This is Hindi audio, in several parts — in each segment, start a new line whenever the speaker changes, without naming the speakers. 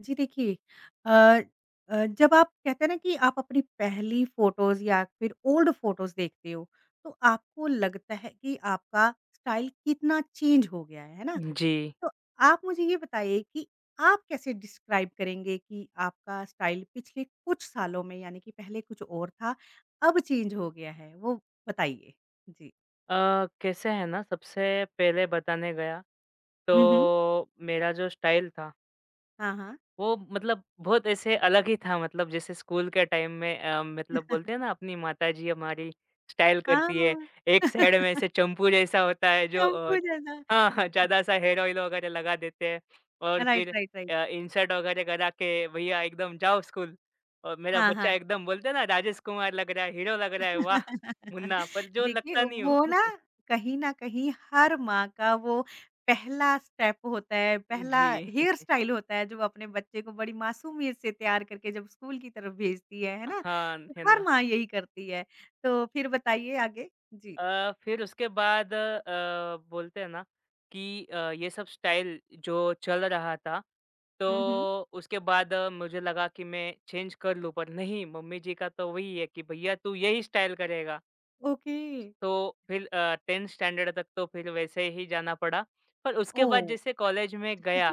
जी देखिए। अ जब आप कहते हैं ना कि आप अपनी पहली फ़ोटोज़ या फिर ओल्ड फ़ोटोज़ देखते हो, तो आपको लगता है कि आपका स्टाइल कितना चेंज हो गया है ना?
जी।
तो आप मुझे ये बताइए कि आप कैसे डिस्क्राइब करेंगे कि आपका स्टाइल पिछले कुछ सालों में यानी कि पहले कुछ और था, अब चेंज हो गया है, वो बताइए? जी।
अ, कैसे है ना सबसे पहले बताने गया,
हुँ, हुँ।
तो मेरा जो स्टाइल था,
हाँ, हाँ।
वो मतलब बहुत ऐसे अलग ही था। मतलब जैसे स्कूल के टाइम में मतलब बोलते हैं ना अपनी माताजी हमारी स्टाइल करती है।
हाँ।
एक साइड में ऐसे चंपू जैसा होता है जो
शैम्पू जैसा।
हाँ, हाँ, ज़्यादा-सा हेयर ऑयल वगैरह लगा देते हैं और
राइट,
फिर
राइट, राइट।
इंसर्ट वगैरह करा के भैया एकदम जाओ स्कूल और मेरा
हाँ,
बच्चा
हाँ।
एकदम बोलते हैं ना राजेश कुमार लग रहा है, हीरो लग रहा है, वाह! मुन्ना पर जो
देखिए,
लगता नहीं हूँ।
वो ना कहीं न कहीं हर माँ का वो पहला स्टेप होता है, पहला
जी,
हेयर स्टाइल होता है, जो अपने बच्चे को बड़ी मासूमियत से तैयार करके जब स्कूल की तरफ भेजती है ना?
हाँ,
तो
है
हर
ना।
माँ यही करती है। तो फिर बताइए आगे? जी।
फिर उसके बाद बोलते हैं ना कि ये सब स्टाइल जो चल रहा था,
हुँ, हुँ।
तो उसके बाद मुझे लगा कि मैं चेंज कर लूँ, पर नहीं मम्मी जी का तो वही है कि भैया तू यही स्टाइल करेगा।
ओके।
तो फिर 10th स्टैंडर्ड तक तो फिर वैसे ही जाना पड़ा। पर उसके
ओह!
बाद जैसे कॉलेज में गया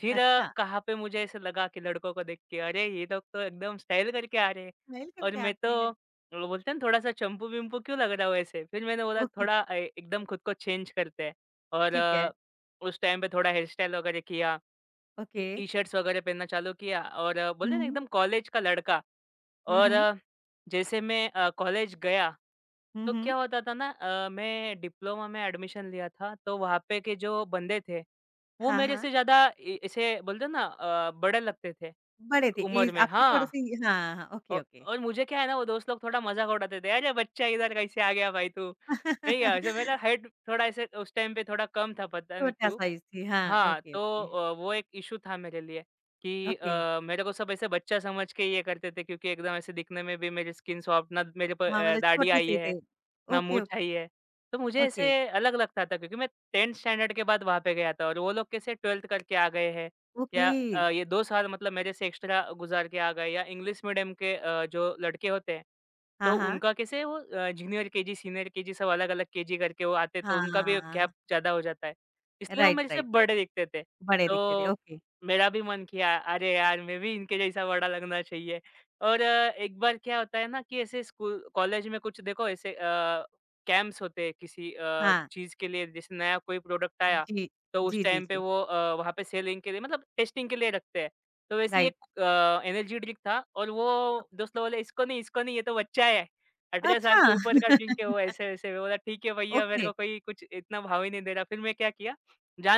फिर
अच्छा,
कहाँ पे मुझे ऐसे लगा कि लड़कों को देख के अरे ये लोग तो एकदम स्टाइल करके आ रहे हैं
स्माइल
और
करके
मैं तो
आते हैं।
वो बोलते हैं ना थोड़ा सा चंपू विम्पू क्यों लग रहा हूँ। ऐसे फिर मैंने बोला
ओके,
थोड़ा एकदम खुद को चेंज करते हैं और
ठीक है।
उस टाइम पे थोड़ा हेयर स्टाइल वगैरह किया,
ओके।
टी शर्ट्स वगैरह पहनना चालू किया और बोलते हैं ना
हुँ,
एकदम कॉलेज का लड़का।
हुँ,
और
हुँ,
जैसे मैं कॉलेज गया,
हुँ,
तो
हुँ।
क्या होता था ना मैं डिप्लोमा में एडमिशन लिया था, तो वहाँ पे के जो बंदे थे, वो
हाँ,
मेरे
हाँ।
से ज़्यादा इ इसे बोलते हैं ना बड़े लगते थे
बड़े थे,
उम्र
एज
में।
आपसे
हाँ,
थोड़े-से। हाँ, हाँ। ओके,
औ
ओके।
और मुझे क्या है ना वो दोस्त लोग थोड़ा मज़ाक उड़ाते थे, "अरे बच्चा इधर कैसे आ गया भाई तू?" नहीं यार ऐसे मेरा हाइट थोड़ा ऐसे उस टाइम पे थोड़ा कम था, पता नहीं
छोटा
क्यों।
साइज़ थी, हाँ,
हाँ,
ओके,
तो
ओके,
वो एक इश्यू था मेरे लिए कि
ओके।
मेरे को सब ऐसे बच्चा समझ के ये करते थे क्योंकि एकदम ऐसे दिखने में भी मेरी स्किन सॉफ्ट। ना मेरे
हाँ, मतलब
दाढ़ी आई
छोटे-से
है,
थे।
ना
ओके,
मूंछ
ओके,
आई है। तो मुझे
ओके,
ऐसे अलग लगता था क्योंकि मैं 10th स्टैंडर्ड के बाद वहाँ पे गया था और वो लोग कैसे 12th करके आ गए हैं
ओके।
या ये 2 साल मतलब मेरे से एक्स्ट्रा गुज़ार के आ गए, या इंग्लिश मीडियम के जो लड़के होते हैं,
हाँ,
तो
हाँ।
उनका कैसे वो जूनियर केजी, सीनियर केजी सब अलग-अलग केजी करके वो आते हैं, तो उनका भी
हाँ,
गैप ज़्यादा हो जाता है। इसलिए वो
राइट,
मेरे से
राइट, राइट।
बड़े दिखते थे।
बड़े दिखते थे,
तो
ओके।
मेरा भी मन किया अरे यार मैं भी इनके जैसा बड़ा लगना चाहिए। और एक बार क्या होता है ना कि ऐसे स्कूल कॉलेज में कुछ देखो ऐसे कैंप्स होते हैं किसी
हाँ,
चीज़ के लिए जैसे नया कोई प्रोडक्ट आया,
जी,
तो उस
जी, जी,
टाइम पे
जी,
वो वहाँ पे सेलिंग के लिए मतलब टेस्टिंग के लिए रखते हैं। तो वैसे ही एक
राइट।
एनर्जी ड्रिंक था और वो दोस्त लोग बोले इसको नहीं, इसको नहीं, ये तो बच्चा है। 18 साल के
अच्छा!
ऊपर का ड्रिंक है वो ऐसे-वैसे। मैं बोला ठीक है भैया, मेरे
ओके,
को कोई कुछ इतना भाव ही नहीं दे रहा। फिर मैं क्या किया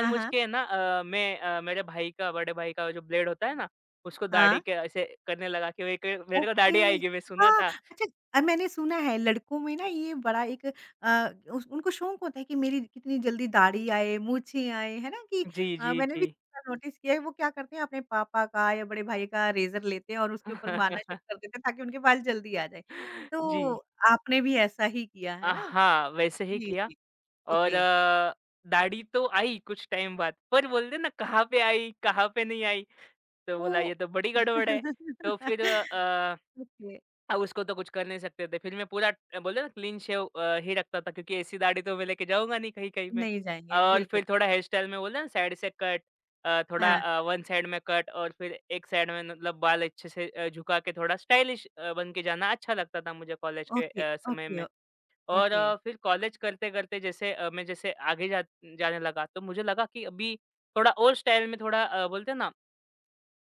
हाँ, हाँ,
के है ना, मेरे भाई का, बड़े भाई का जो ब्लेड होता है ना, उसको दाढ़ी
हाँ।
के ऐसे करने लगा कि एक मेरे को
ओके।
दाढ़ी आएगी मैं सुना
हाँ,
था।
अच्छा। मैंने सुना है लड़कों में ना ये बड़ा एक, अ, उस उनको शौक होता है कि मेरी कितनी जल्दी दाढ़ी आए, मूँछें आए, है ना? कि
जी, जी,
मैंने भी
जी।
नोटिस किया है वो क्या करते हैं अपने पापा का या बड़े भाई का रेज़र लेते हैं और उसके ऊपर मारना शुरू कर देते हैं ताकि उनके बाल जल्दी आ जाए।
जी।
तो आपने भी ऐसा ही किया, है ना?
हाँ, वैसे ही
जी,
किया
जी।
और
ओके।
दाढ़ी तो आई कुछ टाइम बाद, पर बोलते हैं ना कहाँ पे आई, कहाँ पे नहीं आई। तो
ओ
बोला ये तो बड़ी गड़बड़ है। तो फिर अ
ओके,
अब उसको तो कुछ कर नहीं सकते थे। फिर मैं पूरा बोलते हैं ना क्लीन शेव ही रखता था क्योंकि ऐसी दाढ़ी तो मैं लेके जाऊँगा नहीं कहीं-कहीं मैं।
नहीं जाएँगे
और
बिल्कुल।
फिर थोड़ा हेयर स्टाइल में बोलते हैं ना साइड से कट,
हाँ,
थोड़ा वन साइड में कट और फिर एक साइड में मतलब बाल अच्छे से झुका के थोड़ा स्टाइलिश बन के जाना अच्छा लगता था मुझे कॉलेज के
ओके,
समय
ओके,
में।
ओ
और
ओके।
फिर कॉलेज करते-करते जैसे अ, मैं जैसे आगे जा जाने लगा तो मुझे लगा कि अभी थोड़ा और स्टाइल में थोड़ा बोलते हैं ना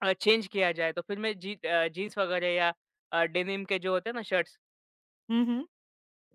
चेंज किया जाए। तो फिर मैं जी जीन्स वगैरह या डेनिम के जो होते हैं ना शर्ट्स,
हुँ, हुँ।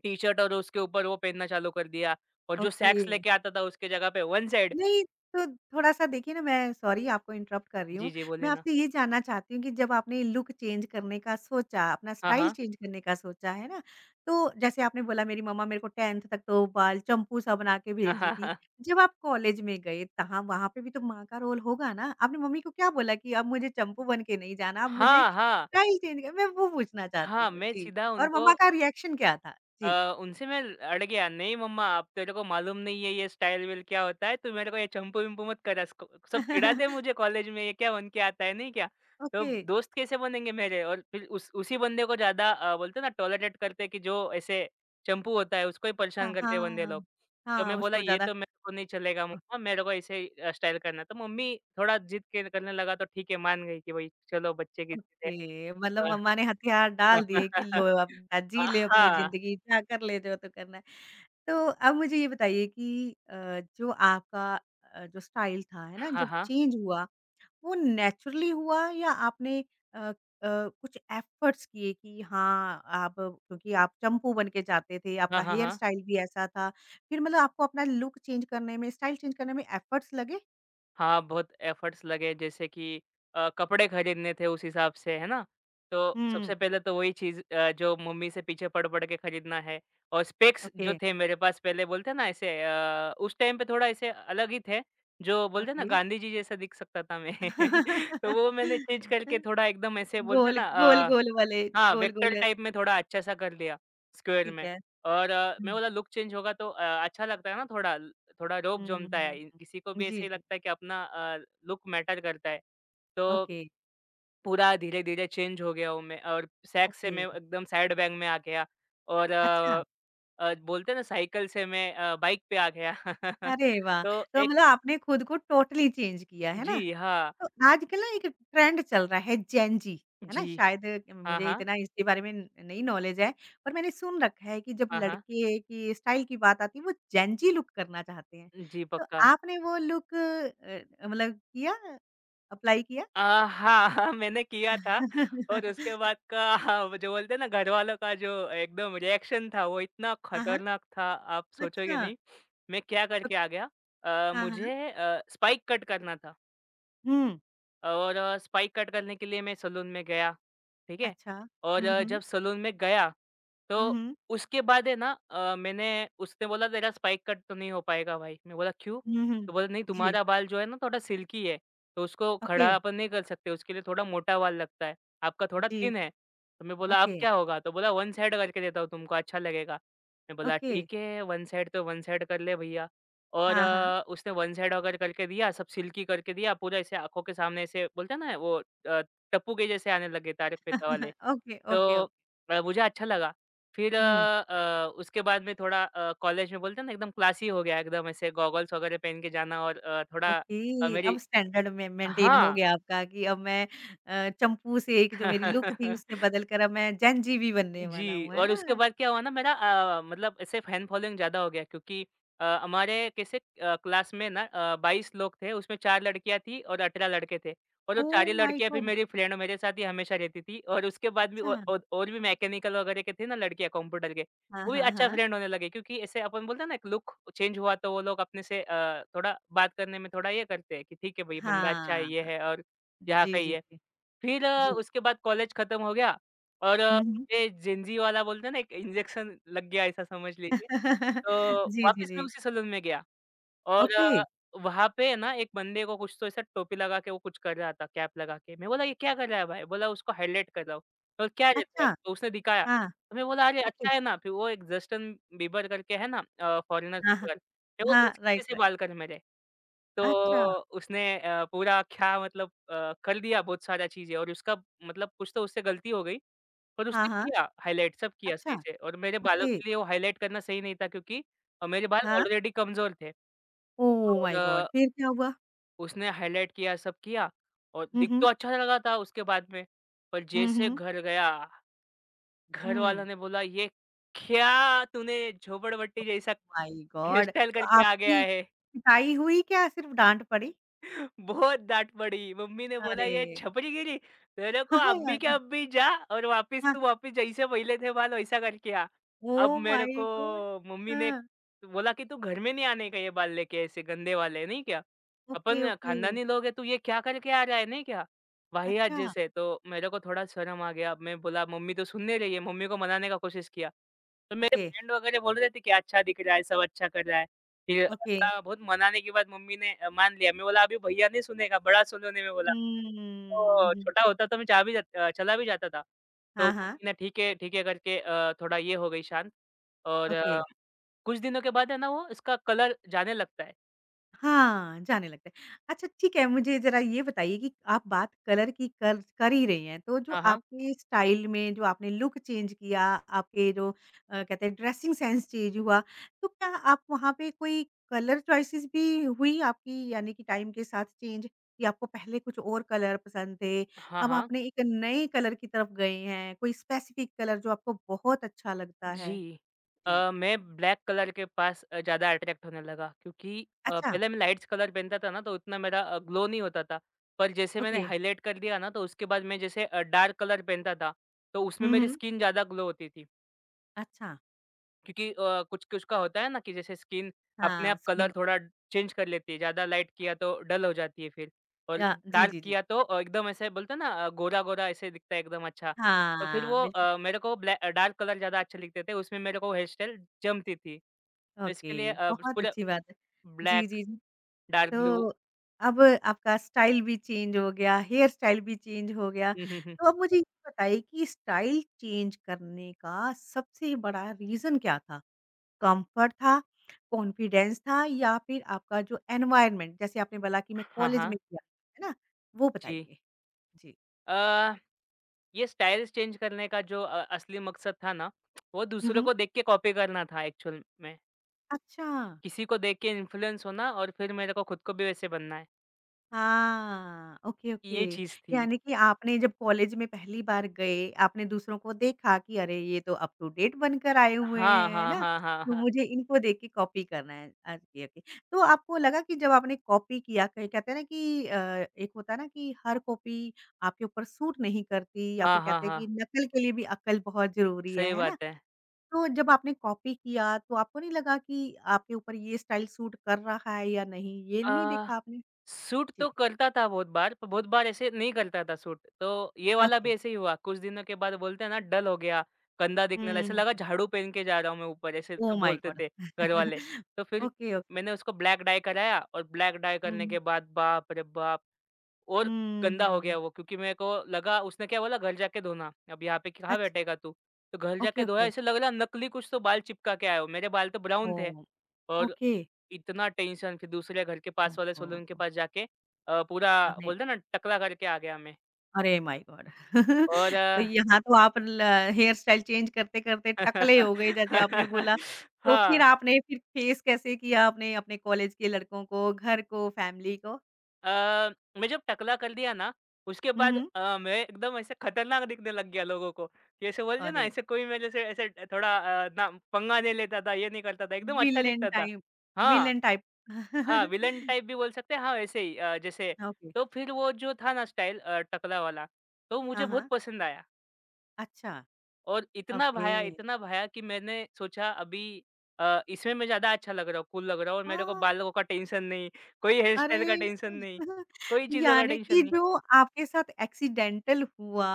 टी-शर्ट, और उसके ऊपर वो पहनना चालू कर दिया और जो
ओके।
सैक्स लेके आता था उसके जगह पे वन साइड।
नहीं, तो थोड़ा-सा देखिए ना मैं सॉरी आपको इंटरप्ट कर रही
जी,
हूँ।
जी,
मैं
बोलिए ना?
आपसे ये जानना चाहती हूँ कि जब आपने लुक चेंज करने का सोचा, अपना
हाँ,
स्टाइल
हाँ।
चेंज करने का सोचा, है ना? तो जैसे आपने बोला मेरी मम्मा मेरे को 10th तक तो बाल चंपू-सा बना के
हाँ,
भेजी
हाँ,
थी।
हाँ।
जब आप कॉलेज में गए तहाँ वहाँ पे भी तो माँ का रोल होगा ना? आपने मम्मी को क्या बोला कि अब मुझे चंपू बन के नहीं जाना, अब मुझे
हाँ, हाँ।
स्टाइल चेंज कर मैं वो पूछना चाहती
हाँ,
हूँ?
मैं
जी,
सीधा
और
उनको
मम्मा का रिएक्शन क्या था? जी।
उनसे मैं अड़ गया, "नहीं मम्मा, आप तेरे को मालूम नहीं है ये स्टाइल-विल क्या होता है, तू मेरे को ये चंपू-वम्पू मत करा इसको, सब चिढ़ाते हैं मुझे कॉलेज में ये क्या बन के आता है, नहीं क्या।" तो
ओके।
दोस्त कैसे बनेंगे मेरे? और फिर उस उसी बंदे को ज़्यादा बोलते हैं ना टॉलरेट करते हैं कि जो ऐसे चंपू होता है, उसको ही
हाँ,
परेशान करते हैं बंदे
हाँ।
लोग। तो
हाँ,
मैं बोला,
उसको
"ये
ज़्यादा।
तो मेरे को नहीं चलेगा मम्मा, मेरे को ऐसे ही स्टाइल करना है।" तो मम्मी थोड़ा जिद के करने लगा तो ठीक है मान गई कि भई चलो बच्चे की जिद है।
ओके, मतलब
अ,
मम्मा ने हथियार डाल दिए कि लो
हाँ।
अब बेटा जी
हाँ,
ले अपनी
हाँ।
ज़िंदगी, जा कर ले जो तो करना है। तो अब मुझे ये बताइए कि जो आपका जो स्टाइल था, है ना? जब
हाँ,
चेंज हुआ, वो नेचुरली हुआ या आपने अ अ, कुछ एफ़र्ट्स किए कि हाँ, आप क्योंकि आप चंपू बन के जाते थे, आपका
हाँ, हाँ,
हेयर
हाँ।
स्टाइल भी ऐसा था। फिर मतलब आपको अपना लुक चेंज करने में, स्टाइल चेंज करने में एफ़र्ट्स लगे?
हाँ, बहुत एफर्ट्स लगे जैसे कि कपड़े खरीदने थे उस हिसाब से, है ना? तो
हुँ,
सबसे पहले तो वही चीज़, जो मम्मी से पीछे पड़-पड़ के खरीदना है। और स्पेक्स
ओके,
जो थे मेरे पास पहले, बोलते हैं ना ऐसे, उस टाइम पे थोड़ा ऐसे अलग ही थे, जो बोलते हैं ना
ओके।
गांधी जी जैसा दिख सकता था मैं। तो वो मैंने चेंज करके थोड़ा एकदम ऐसे बोलते हैं
गोल,
ना अ
गोल-गोल वाले,
हाँ, वेक्टर
गोल-गोल
टाइप में थोड़ा अच्छा-सा कर लिया, स्क्वेयर
ठीक
में।
है।
और मैं
हुँ,
बोला लुक चेंज होगा तो अच्छा लगता है ना, थोड़ा रोब
हुँ,
जमता है। इ
हुँ।
किसी को भी
जी,
ऐसे ही
जी।
लगता है कि अपना लुक मैटर करता है। तो
ओके,
पूरा धीरे-धीरे चेंज हो गया हूँ मैं, और सैक्स से
ओके।
मैं एकदम साइड बैग में आ गया और
अच्छा,
बोलते हैं ना साइकिल से मैं बाइक पे आ गया।
अरे वाह!
तो
तो
एक
मतलब आपने खुद को टोटली चेंज किया, है ना?
जी, हाँ।
तो आजकल ना एक ट्रेंड चल रहा है जेन ज़ी, है ना?
जी।
शायद
हाँ,
मुझे
हाँ।
इतना इसके बारे में नहीं नॉलेज है, पर मैंने सुन रखा है कि जब
हाँ, हाँ।
लड़के की स्टाइल की बात आती है, वो जेन ज़ी लुक करना चाहते हैं।
जी,
तो
पक्का।
आपने वो लुक मतलब किया, अप्लाई किया?
हाँ, हाँ, मैंने किया था। और उसके बाद का हाँ, वो जो बोलते हैं ना घरवालों का जो एकदम रिएक्शन था वो इतना
हाँ, हाँ।
खतरनाक था, आप सोचोगे
अच्छा।
नहीं। मैं क्या
तो
करके आ गया,
हाँ, हाँ।
मुझे स्पाइक कट करना था।
हुँ।
और स्पाइक कट करने के लिए मैं सैलून में गया, ठीक है?
अच्छा।
और
हुँ, हुँ।
जब सैलून में गया,
हुँ,
तो
हुँ।
उसके बाद है ना अ, मैंने उसने बोला तेरा स्पाइक कट तो नहीं हो पाएगा भाई। मैं बोला क्यों?
हुँ, हुँ।
तो बोला नहीं,
जी।
तुम्हारा बाल जो है ना थोड़ा सिल्की है, तो उसको
ओके।
खड़ा अपन नहीं कर सकते, उसके लिए थोड़ा मोटा बाल लगता है, आपका थोड़ा
जी।
थिन है। तो मैं बोला अब
ओके,
क्या होगा? तो बोला वन साइड करके देता हूँ तुमको, अच्छा लगेगा। मैं बोला
ओके।
ठीक है, वन साइड तो वन साइड कर ले भईया। और
हाँ, हाँ।
उसने वन साइड वगैरह करके दिया, सब सिल्की करके दिया, पूरा ऐसे आँखों के सामने ऐसे बोलते हैं ना वो अ, टप्पू के जैसे आने लगे तारक मेहता वाले।
ओके,
तो
ओके, ओके।
मुझे अच्छा लगा। फिर
हुँ।
अ उसके बाद में थोड़ा कॉलेज में बोलते हैं ना एकदम क्लासी हो गया, एकदम ऐसे गॉगल्स वगैरह पहन के जाना और थोड़ा
ओके, अब
मेरी
स्टैंडर्ड में मेंटेन हो
हाँ।
गया आपका कि अब मैं चंपू से एक जो मेरी लुक थी उससे बदल कर अब मैं जेन जी भी बनने वाला
जी,
हूँ, है
और उसके
ना?
बाद क्या हुआ ना मेरा मतलब ऐसे फैन फॉलोइंग ज़्यादा हो गया क्योंकि हमारे कैसे क्लास में ना 22 लोग थे, उसमें 4 लड़कियाँ थी और 18 लड़के थे, और वो
ओह
चारों
माय
लड़कियाँ फिर
गॉड!
मेरी फ्रेंड मेरे साथ ही हमेशा रहती थी। और उसके बाद भी
अच्छा।
औ औ और भी मैकेनिकल वगैरह के थे ना, लड़कियाँ कंप्यूटर के,
हाँ,
वो भी
हाँ,
अच्छा
हाँ।
फ्रेंड होने लगे क्योंकि ऐसे अपन बोलते हैं ना एक लुक चेंज हुआ तो वो लोग अपने से थोड़ा बात करने में थोड़ा ये करते हैं कि ठीक है भई बंदा अच्छा है, ये
हाँ।
है और यहाँ
जी,
का ही
जी,
है।
जी।
फिर
जी।
उसके बाद कॉलेज खत्म हो गया और
हुँ, हुँ।
ये जेनज़ी वाला बोलते हैं ना एक इंजेक्शन लग गया ऐसा समझ लीजिए। तो
जी, जी,
वापस मैं
जी।
उसी सैलून में गया। और
ओके।
वहाँ पे ना एक बंदे को कुछ तो ऐसा टोपी लगा के वो कुछ कर रहा था, कैप लगा के। मैं बोला ये क्या कर रहा है भाई? बोला उसको हाइलाइट कर रहा हूँ। और क्या रहता
अच्छा।
है? तो उसने दिखाया।
हाँ।
तो मैं बोला अरे
ओके।
अच्छा है ना, फिर वो एक जस्टिन बीबर करके है ना फॉरेनर
हाँ, हाँ।
सिंगर। मैं बोला
हाँ,
इसकी वजह
राइट,
से
राइट।
बाल कर मेरे। तो
अच्छा,
उसने पूरा क्या मतलब कर दिया बहुत सारा चीज़ें और उसका मतलब कुछ तो उससे गलती हो गई। पर
हाँ,
उसने
हाँ,
किया हाइलाइट सब किया
अच्छा,
सही से और मेरे बालों
ओके,
के लिए वो हाइलाइट करना सही नहीं था क्योंकि मेरे बाल
हाँ।
ऑलरेडी कमज़ोर थे।
ओह
और
माय गॉड! फिर क्या हुआ?
उसने हाइलाइट किया, सब किया और
हुँ,
दिख
हुँ,
तो अच्छा लगा था उसके बाद में, पर
हुँ,
जैसे
हुँ,
घर गया, घर
हुँ।
वालों ने बोला, "ये क्या तूने झोपड़पट्टी जैसा
माय
हेयर
गॉड!
स्टाइल
तो
करके आ गया
आपकी
है।"
पिटाई हुई क्या सिर्फ़ डाँट पड़ी?
बहुत डाँट पड़ी, मम्मी ने बोला
अरे!
ये छपरीगिरी, तेरे को अब भी जा और वापिस
हाँ,
तू वापिस जैसे पहले थे बाल वैसा करके आ। अब
ओह
मेरे
माय
को
गॉड!
मम्मी ने
हाँ,
बोला कि तू घर में नहीं आने का ये बाल लेके ऐसे गंदे वाले, नहीं क्या?
ओके,
अपन
ओके,
खानदानी लोग हैं, तू ये क्या करके आ रहा है, नहीं क्या? वाहियात
अच्छा,
जैसे, तो मेरे को थोड़ा शर्म आ गया। अब मैं बोला मम्मी तो सुन नहीं रही है, मम्मी को मनाने का कोशिश किया। तो मेरे
ओके,
फ्रेंड वगैरह बोल रहे थे कि अच्छा दिख रहा है, सब अच्छा कर रहा है। फिर
ओके,
बोला बहुत मनाने के बाद मम्मी ने मान लिया। मैं बोला अभी भैया नहीं सुनेगा, बड़ा सुनूंने मैं बोला। तो
हम्म,
छोटा होता तो मैं जा भी जात अ, चला भी जाता था। तो
हाँ, हाँ,
मम्मी ने ठीक है करके थोड़ा ये हो गई शांत और
ओके।
कुछ दिनों के बाद है ना वो इसका कलर जाने लगता है।
हाँ, जाने लगता है। अच्छा ठीक है, मुझे ज़रा ये बताइए कि आप बात कलर की कर कर ही रही हैं, तो जो
हाँ, हाँ।
आपके स्टाइल में जो आपने लुक चेंज किया, आपके जो कहते हैं ड्रेसिंग सेंस चेंज हुआ, तो क्या आप वहाँ पे कोई कलर चॉइसेस भी हुई आपकी यानी कि टाइम के साथ चेंज कि आपको पहले कुछ और कलर पसंद थे,
हाँ,
अब
हाँ।
आपने एक नए कलर की तरफ गए हैं, कोई स्पेसिफिक कलर जो आपको बहुत अच्छा लगता है?
जी।
जी।
मैं ब्लैक कलर के पास ज़्यादा अट्रैक्ट होने लगा क्योंकि
अच्छा,
पहले मैं लाइट्स कलर पहनता था ना तो उतना मेरा ग्लो नहीं होता था। पर जैसे मैंने
ओके।
हाइलाइट कर दिया ना तो उसके बाद मैं जैसे डार्क कलर पहनता था, तो उसमें
हुँ,
मेरी
हुँ।
स्किन ज़्यादा ग्लो होती थी।
अच्छा,
क्योंकि कुछ-कुछ का होता है ना कि जैसे स्किन अपने
हाँ,
आप कलर
स्किन
थोड़ा चेंज कर लेती है, ज़्यादा लाइट किया तो डल हो जाती है फिर और
या जी,
डार्क
जी, जी।
किया तो एकदम ऐसे बोलते हैं ना गोरा-गोरा ऐसे दिखता है एकदम अच्छा। तो फिर
हाँ,
वो
बिल्कुल।
मेरे को डार्क कलर ज़्यादा अच्छे लगते थे, उसमें मेरे को हेयर स्टाइल जमती थी। तो इसके लिए
ओके, बहुत
पूरा
अच्छी बात है। जी,
ब्लैक,
जी, जी।
डार्क ब्लू
तो अब आपका स्टाइल भी चेंज हो गया, हेयर स्टाइल भी चेंज हो गया।
हुँ, हुँ, हुँ।
तो अब मुझे ये बताइए कि स्टाइल चेंज करने का सबसे बड़ा रीज़न क्या था? कम्फर्ट था, कॉन्फिडेंस था या फिर आपका जो एनवायरनमेंट जैसे आपने बोला कि मैं
हाँ,
कॉलेज
हाँ।
में किया, है ना? वो
जी।
बताइए? जी।
अ, ये स्टाइल्स चेंज करने का जो असली मकसद था ना, वो
हुँ,
दूसरों
हुँ।
को देख के कॉपी करना था एक्चुअल में।
अच्छा।
किसी को देख के इन्फ्लुएंस होना और फिर मेरे को खुद को भी वैसे बनना है।
हाँ, ओके, ओके।
ये चीज़ थी।
यानी कि आपने जब कॉलेज में पहली बार गए, आपने दूसरों को देखा कि अरे! ये तो अप टू डेट बनकर आए हुए
हाँ,
हैं, है
हाँ,
ना?
हाँ, हाँ,
तो
हाँ।
मुझे इनको देख के कॉपी करना है। Okay, okay. तो आपको लगा कि जब आपने कॉपी किया कहीं कहते हैं ना कि एक होता है ना कि हर कॉपी आपके ऊपर सूट नहीं करती या
हाँ,
फिर
हाँ,
कहते हैं कि
हाँ।
नकल के लिए भी अक्ल बहुत ज़रूरी
सही
है ना?
बात है।
तो जब आपने कॉपी किया तो आपको नहीं लगा कि आपके ऊपर ये स्टाइल सूट कर रहा है या नहीं, ये नहीं
अ,
देखा आपने?
शूट
जी,
तो करता था बहुत बार, पर बहुत बार ऐसे नहीं करता था शूट। तो ये वाला
ओके।
भी ऐसे ही हुआ। कुछ दिनों के बाद बोलते हैं ना डल हो गया, गंदा दिखने लगा, ऐसा
हम्म,
लगा झाड़ू पहन के जा रहा हूँ मैं ऊपर, ऐसे तो
ओह माय
बोलते
गॉड!
थे घर वाले। तो फिर
ओके, ओके।
मैंने उसको ब्लैक डाई कराया और ब्लैक डाई करने
हुँ,
के बाद बाप रे बाप! और
हुँ,
गंदा हो
हुँ।
गया वो क्योंकि मेरे को लगा उसने क्या बोला घर जाके धोना। अब यहाँ पे कहाँ
अच्छ
बैठेगा तू? तो घर
ओके,
जाके धोया
ओके।
ऐसे लग रहा नकली कुछ तो बाल चिपका के आया हो। मेरे बाल तो ब्राउन थे
ओह!
और
ओके।
इतना टेंशन फिर दूसरे घर के
ओह,
पास वाले
ओह,
सैलून के
ओह!
पास जाके पूरा
आपने
बोलते हैं ना टकला करके आ गया मैं
अरे माय गॉड!
और
तो यहाँ तो आप ल हेयर स्टाइल चेंज करते-करते टकले हो गए जैसे आपने बोला। तो फिर
हाँ।
आपने फिर फेस कैसे किया आपने अपने कॉलेज के लड़कों को, घर को, फैमिली को?
अ, मैं जब टकला कर दिया ना, उसके
हुँ,
बाद
हुँ।
मैं एकदम ऐसे खतरनाक दिखने लग गया लोगों को, कि ऐसे बोलते ना
अरे!
ऐसे कोई मेरे से ऐसे थोड़ा ना पंगा नहीं लेता था, ये नहीं करता था, एकदम अच्छा
विलेन
दिखता था।
टाइप,
हाँ,
विलेन टाइप।
हाँ, विलेन टाइप भी बोल सकते हैं, हाँ, वैसे ही जैसे
ओके।
तो फिर वो जो था ना स्टाइल टकला वाला, तो मुझे
हाँ,
बहुत
हाँ।
पसंद आया
अच्छा,
और
ओके।
इतना भाया कि मैंने सोचा अभी इसमें मैं ज़्यादा अच्छा लग रहा हूँ, कूल लग रहा हूँ और मेरे को
ओह!
बालों का टेंशन नहीं, कोई हेयर
अरे!
स्टाइल का टेंशन नहीं, कोई चीज़ों का
यानी
टेंशन
कि
नहीं।
जो आपके साथ एक्सीडेंटल हुआ,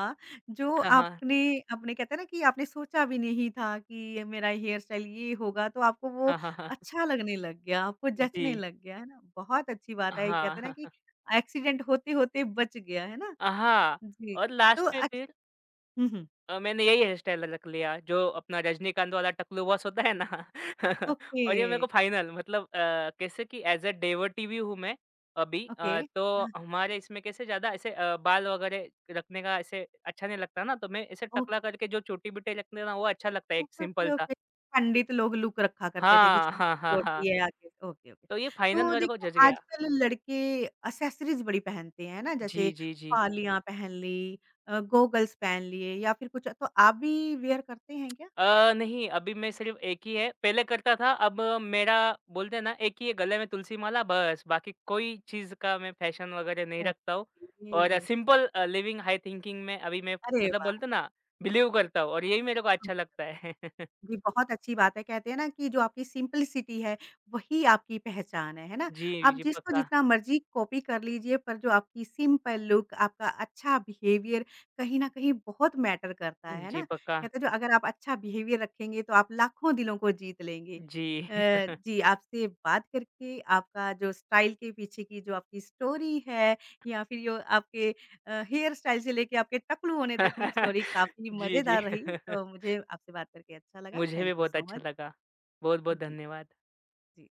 जो
हाँ, हाँ।
आपने आपने कहते हैं ना कि आपने सोचा भी नहीं था कि ये मेरा हेयर स्टाइल ये होगा, तो आपको वो
हाँ, हाँ, हाँ।
अच्छा लगने लग गया, आपको
जी।
जचने लग गया, है ना? बहुत अच्छी बात है, ये
हाँ,
कहते हैं ना कि
हाँ,
एक्सीडेंट होते-होते बच गया, है ना?
हाँ। हाँ,
जी,
और
तो
लास्ट में
अच्छ
फिर
हुँ, हुँ,
मैंने यही हेयर स्टाइल रख लिया जो अपना रजनीकांत वाला टकलू बॉस होता है ना
ओके,
और ये मेरे को फाइनल मतलब कैसे कि एज़ अ डेवटी भी हूँ मैं अभी
ओके।
तो हमारे इसमें कैसे ज़्यादा ऐसे बाल वगैरह रखने का ऐसे अच्छा नहीं लगता ना, तो मैं ऐसे टकला
ओके।
करके जो चोटी-बिटी रखते हैं ना, वो अच्छा लगता है एक
ओके, ओके,
सिंपल सा।
ओके। पंडित लोग लुक रखा करते थे कि
हाँ, हाँ,
छोटी-सी
हाँ,
चोटी
हाँ।
है आगे से ओके, ओके।
तो ये फाइनल
तो
मेरे को
देखिए
जच
ना
गया।
आजकल लड़के एक्सेसरीज़ बड़ी पहनते हैं ना जैसे
जी, जी, जी।
पालियाँ पहन ली, गॉगल्स पहन लिए या फिर कुछ तो आप भी वियर करते हैं क्या?
नहीं, अभी मैं सिर्फ़ एक ही है, पहले करता था, अब मेरा बोलते हैं ना एक ही है गले में तुलसी माला बस, बाकी कोई चीज़ का मैं फ़ैशन वग़ैरह नहीं रखता हूँ और
okay.
Simple living high thinking में अभी मैं
अरे
मतलब
वाह!
बोलते हैं ना, बिलीव करता हूँ और यही मेरे को अच्छा लगता है।
जी, बहुत अच्छी बात है। कहते हैं ना कि जो आपकी सिंपलिसिटी है, वही आपकी पहचान है ना?
जी,
आप
जी,
जिसको
पक्का।
जितना मर्ज़ी कॉपी कर लीजिए, पर जो आपकी सिंपल लुक, आपका अच्छा बिहेवियर कहीं न कहीं बहुत मैटर करता है
जी,
ना?
पक्का।
कहते हैं जो अगर आप अच्छा बिहेवियर रखेंगे, तो आप लाखों दिलों को जीत लेंगे।
जी।
जी, आपसे बात करके आपका जो स्टाइल के पीछे की जो आपकी स्टोरी है या फिर जो आपके हेयर स्टाइल से लेके आपके टकलू होने तक की स्टोरी काफ़ी
जी,
मज़ेदार
जी।
रही। तो मुझे आपसे बात करके अच्छा लगा।
मुझे
थैंक
भी
यू
बहुत
सो
अच्छा
मच।
लगा। बहुत-बहुत
जी,
धन्यवाद।
जी।